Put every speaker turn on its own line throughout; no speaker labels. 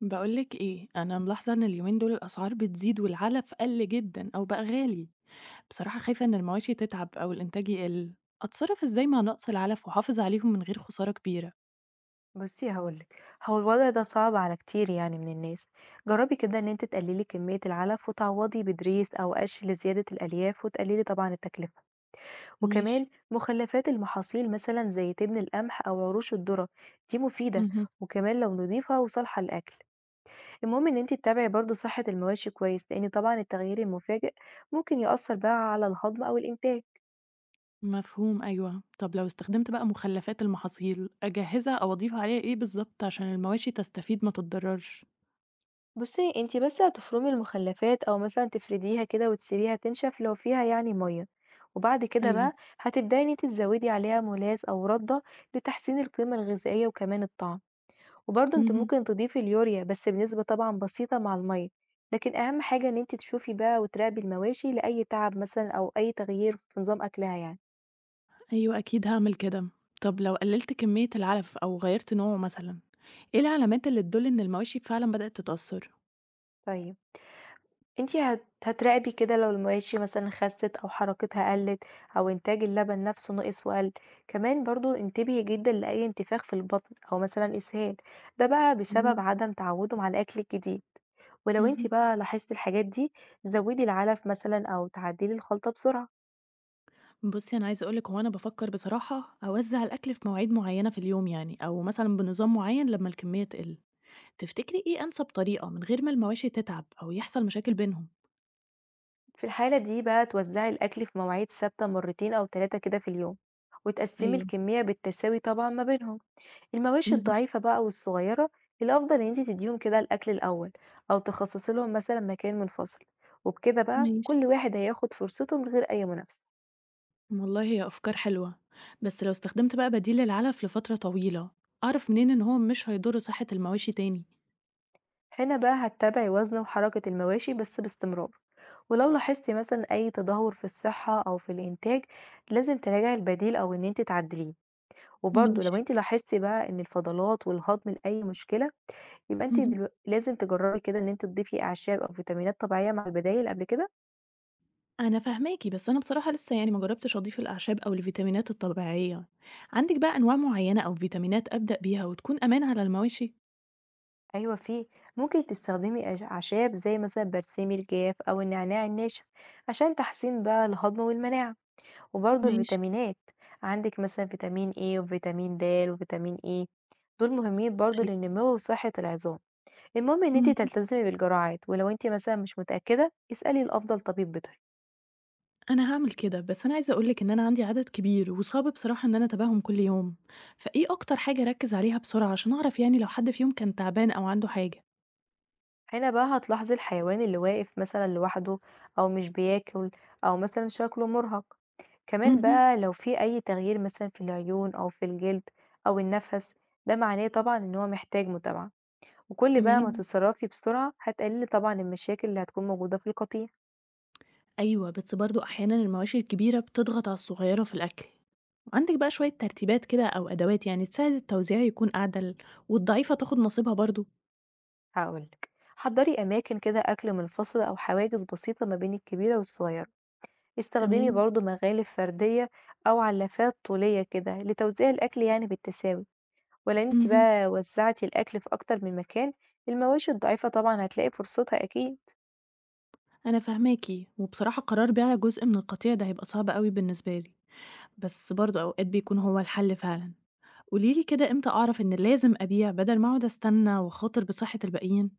بقولك ايه، انا ملاحظه ان اليومين دول الاسعار بتزيد والعلف قل جدا او بقى غالي. بصراحه خايفه ان المواشي تتعب او الانتاج يقل. اتصرف ازاي مع نقص العلف واحافظ عليهم من غير خساره كبيره؟
بُصّي هاقول لِك، هو الوضع ده صعب على كتير يعني من الناس، جرّبي كده إن أنتِ تقللي كمية العلف وتعوضي بدريس أو قش لزيادة الألياف وتقللي طبعًا التكلفة، وكمان
ماشي.
مخلفات المحاصيل مثلًا زي تبن القمح أو عروش الذرة دي مفيدة،
مهم.
وكمان لو نضيفة وصالحة للأكل، المهم إن أنتِ تتابعي برضه صحة المواشي كويس، لإن طبعًا التغيير المفاجئ ممكن يأثّر بقى على الهضم أو الإنتاج.
مفهوم، ايوه. طب لو استخدمت بقى مخلفات المحاصيل، اجهزها او اضيف عليها ايه بالظبط عشان المواشي تستفيد ما تتضررش؟
بُصّي، أنتِ بس هتفرمي المخلفات أو مثلًا تفرديها كده وتسيبيها تنشف لو فيها يعني مَيّة، وبعد كده
أيوه.
بقى هتبدئي إن أنتِ تزوّدي عليها ملاز أو رَدّة لتحسين القيمة الغذائية وكمان الطعم، وبرضه أنتِ
مهم.
ممكن تضيفي اليوريا بس بنسبة طبعًا بسيطة مع المَيّة، لكن أهم حاجة إن أنتِ تشوفي بقى وتراقبي المواشي لأي تعب مثلًا أو أي تغيير في نظام أكلها يعني.
ايوه، اكيد هعمل كده. طب لو قللت كميه العلف او غيرت نوعه مثلا، ايه العلامات اللي تدل ان المواشي فعلا بدات تتاثر؟
طيب. أنتِ هتراقبي كده لو المواشي مثلًا خسِّت أو حركتها قلِّت أو إنتاج اللبن نفسه نقِص وقَل، كمان برضه انتبهي جدًا لأي انتفاخ في البطن أو مثلًا إسهال، ده بقى بسبب عدم تعوُّدهم على الأكل الجديد، ولو أنتِ
اهم.
بقى لاحظتِ الحاجات دي زوِّدي العلف مثلًا أو تعدِّلي الخلطة بسرعة.
بُصّي، أنا عايزة أقول لِك هو أنا بافكّر بصراحة أوزّع الأكل في مواعيد معيّنة في اليوم يعني، أو مثلًا بنظام معيّن لمّا الكمية تقِل. تفتكري إيه أنسب طريقة من غير ما المواشي تتعب أو يحصل مشاكل بينهم؟
في الحالة دي بقى توزّعي الأكل في مواعيد ثابتة مرتين أو 3 كده في اليوم، وتقسِّمي
أيوه.
الكمية بالتساوي طبعًا ما بينهم. المواشي
اهم.
الضعيفة بقى والصغيرة الأفضل إن انتي تديهم كده الأكل الأول، أو تخصصي لهم مثلا مكان منفصل، وبكده بقى
ماشي.
كل واحد هياخد فرصته من غير أي منافسة.
والله هي أفكار حلوة، بس لو استخدمت بقى بديل للعلف لفترة طويلة، أعرف منين إن هو مش هيضر صحة المواشي تاني؟
هنا بقى هتتابعي وزن وحركة المواشي بس باستمرار، ولو لاحظتي مثلا أي تدهور في الصحة أو في الإنتاج لازم تراجعي البديل أو إن انتي تعدليه، وبرضه لو
ماشي.
انتي لاحظتي بقى إن الفضلات والهضم لأي مشكلة يبقى
اهم.
لازم تجربي كده إن انتي تضيفي أعشاب أو فيتامينات طبيعية مع البدايل قبل كده.
أنا فاهماكِ، بس أنا بصراحة لسه يعني ما جرّبتش أضيف الأعشاب أو الفيتامينات الطبيعية. عندِك بقى أنواع معيّنة أو فيتامينات أبدأ بيها وتكون أمان على المواشي؟
أيوه في، ممكن تستخدمي أعشاب زي مثلًا برسيم الجاف أو النعناع الناشف عشان تحسين بقى الهضم والمناعة، وبرضه
ماشي،
الفيتامينات عندك مثلًا فيتامين A وفيتامين د وفيتامين E، دول مهمين برضه
أيوه.
للنمو وصحة العظام. المهم إن
إمم،
أنتِ
إمم.
تلتزمي بالجرعات ولو أنتِ مثلًا مش متأكدة اسألي لأفضل طبيب بيطري.
أنا هاعمل كده، بس أنا عايزة أقول لِك إن أنا عندي عدد كبير وصعب بصراحة إن أنا أتابعهم كل يوم، فإيه أكتر حاجة أركّز عليها بسرعة عشان أعرف يعني لو حد فيهم كان تعبان أو عنده حاجة؟
هنا بقى هتلاحظي الحيوان اللي واقف مثلا لوحده أو مش بياكل أو مثلا شكله مرهق، كمان
اهم،
بقى لو في أي تغيير مثلا في العيون أو في الجلد أو النفس، ده معناه طبعا إن هو محتاج متابعة، وكل بقى ما
تمام.
تتصرفي بسرعة هتقللي طبعا المشاكل اللي هتكون موجودة في القطيع.
أيوه، بس برضه أحيانًا المواشي الكبيرة بتضغط على الصغيّرة في الأكل. عندِك بقى شوية ترتيبات كده أو أدوات يعني تساعد التوزيع يكون أعدل والضعيفة تاخد نصيبها برضه.
هقولك، حضري أماكن كده أكل منفصلة أو حواجز بسيطة ما بين الكبيرة والصغيرة، استخدمي
تمام،
برضو مغالف فردية أو علافات طولية كده لتوزيع الأكل يعني بالتساوي، ولو أنتِ
اهم،
بقى وزّعتِ الأكل في أكتر من مكان، المواشي الضعيفة طبعًا هتلاقي فرصتها أكيد.
أنا فاهماكِ، وبصراحة قرار بيع جزء من القطيع ده هيبقى صعب أوي بالنسبة لي، بس برضه أوقات بيكون هو الحل فعلًا. قولي لي كده إمتى أعرف إن لازم أبيع بدل ما أقعد أستنى وأخاطر بصحة الباقيين؟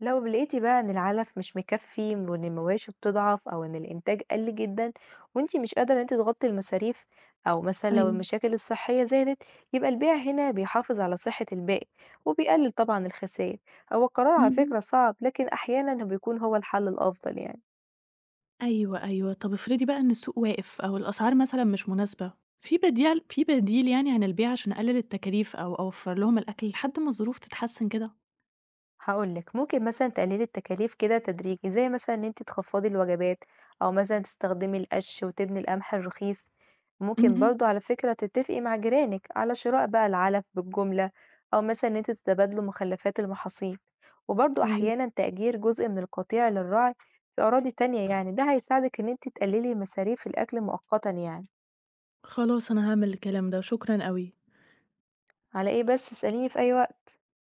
لو لقيتِ بقى إن العلف مش مكفّي وإن المواشي بتضعف أو إن الإنتاج قَل جدًا وأنتِ مش قادرة إن أنتِ تغطّي المصاريف، أو مثلًا لو
أيوه،
المشاكل الصحية زادت، يبقى البيع هنا بيحافظ على صحة البائع، وبيقلل طبعًا الخسائر، هو القرار على
اهم.
فكرة صعب لكن أحيانًا بيكون هو الحل الأفضل يعني.
أيوه، أيوه. طب افرضي بقى إن السوق واقف أو الأسعار مثلًا مش مناسبة، في بديل يعني عن البيع عشان أقلل التكاليف أو أوفّر لهم الأكل لحد ما الظروف تتحسن كده؟
هاقول لِك، ممكن مثلًا تقللي التكاليف كده تدريجي، زي مثلًا إن أنتِ تخفضي الوجبات، أو مثلًا تستخدمي القش وتبني القمح الرخيص، ممكن
اهم،
برضه على فكرة تتفقي مع جيرانِك على شراء بقى العلف بالجملة، أو مثلًا إن أنتم تتبادلوا مخلفات المحاصيل، وبرضه
أيوه.
أحيانًا تأجير جزء من القطيع للرعي في أراضي تانية يعني، ده هيساعدك إن أنتِ تقللي مصاريف الأكل مؤقتًا يعني.
خلاص أنا هاعمل الكلام ده، شكرًا أوي.
على إيه بس؟ اسأليني في أي وقت.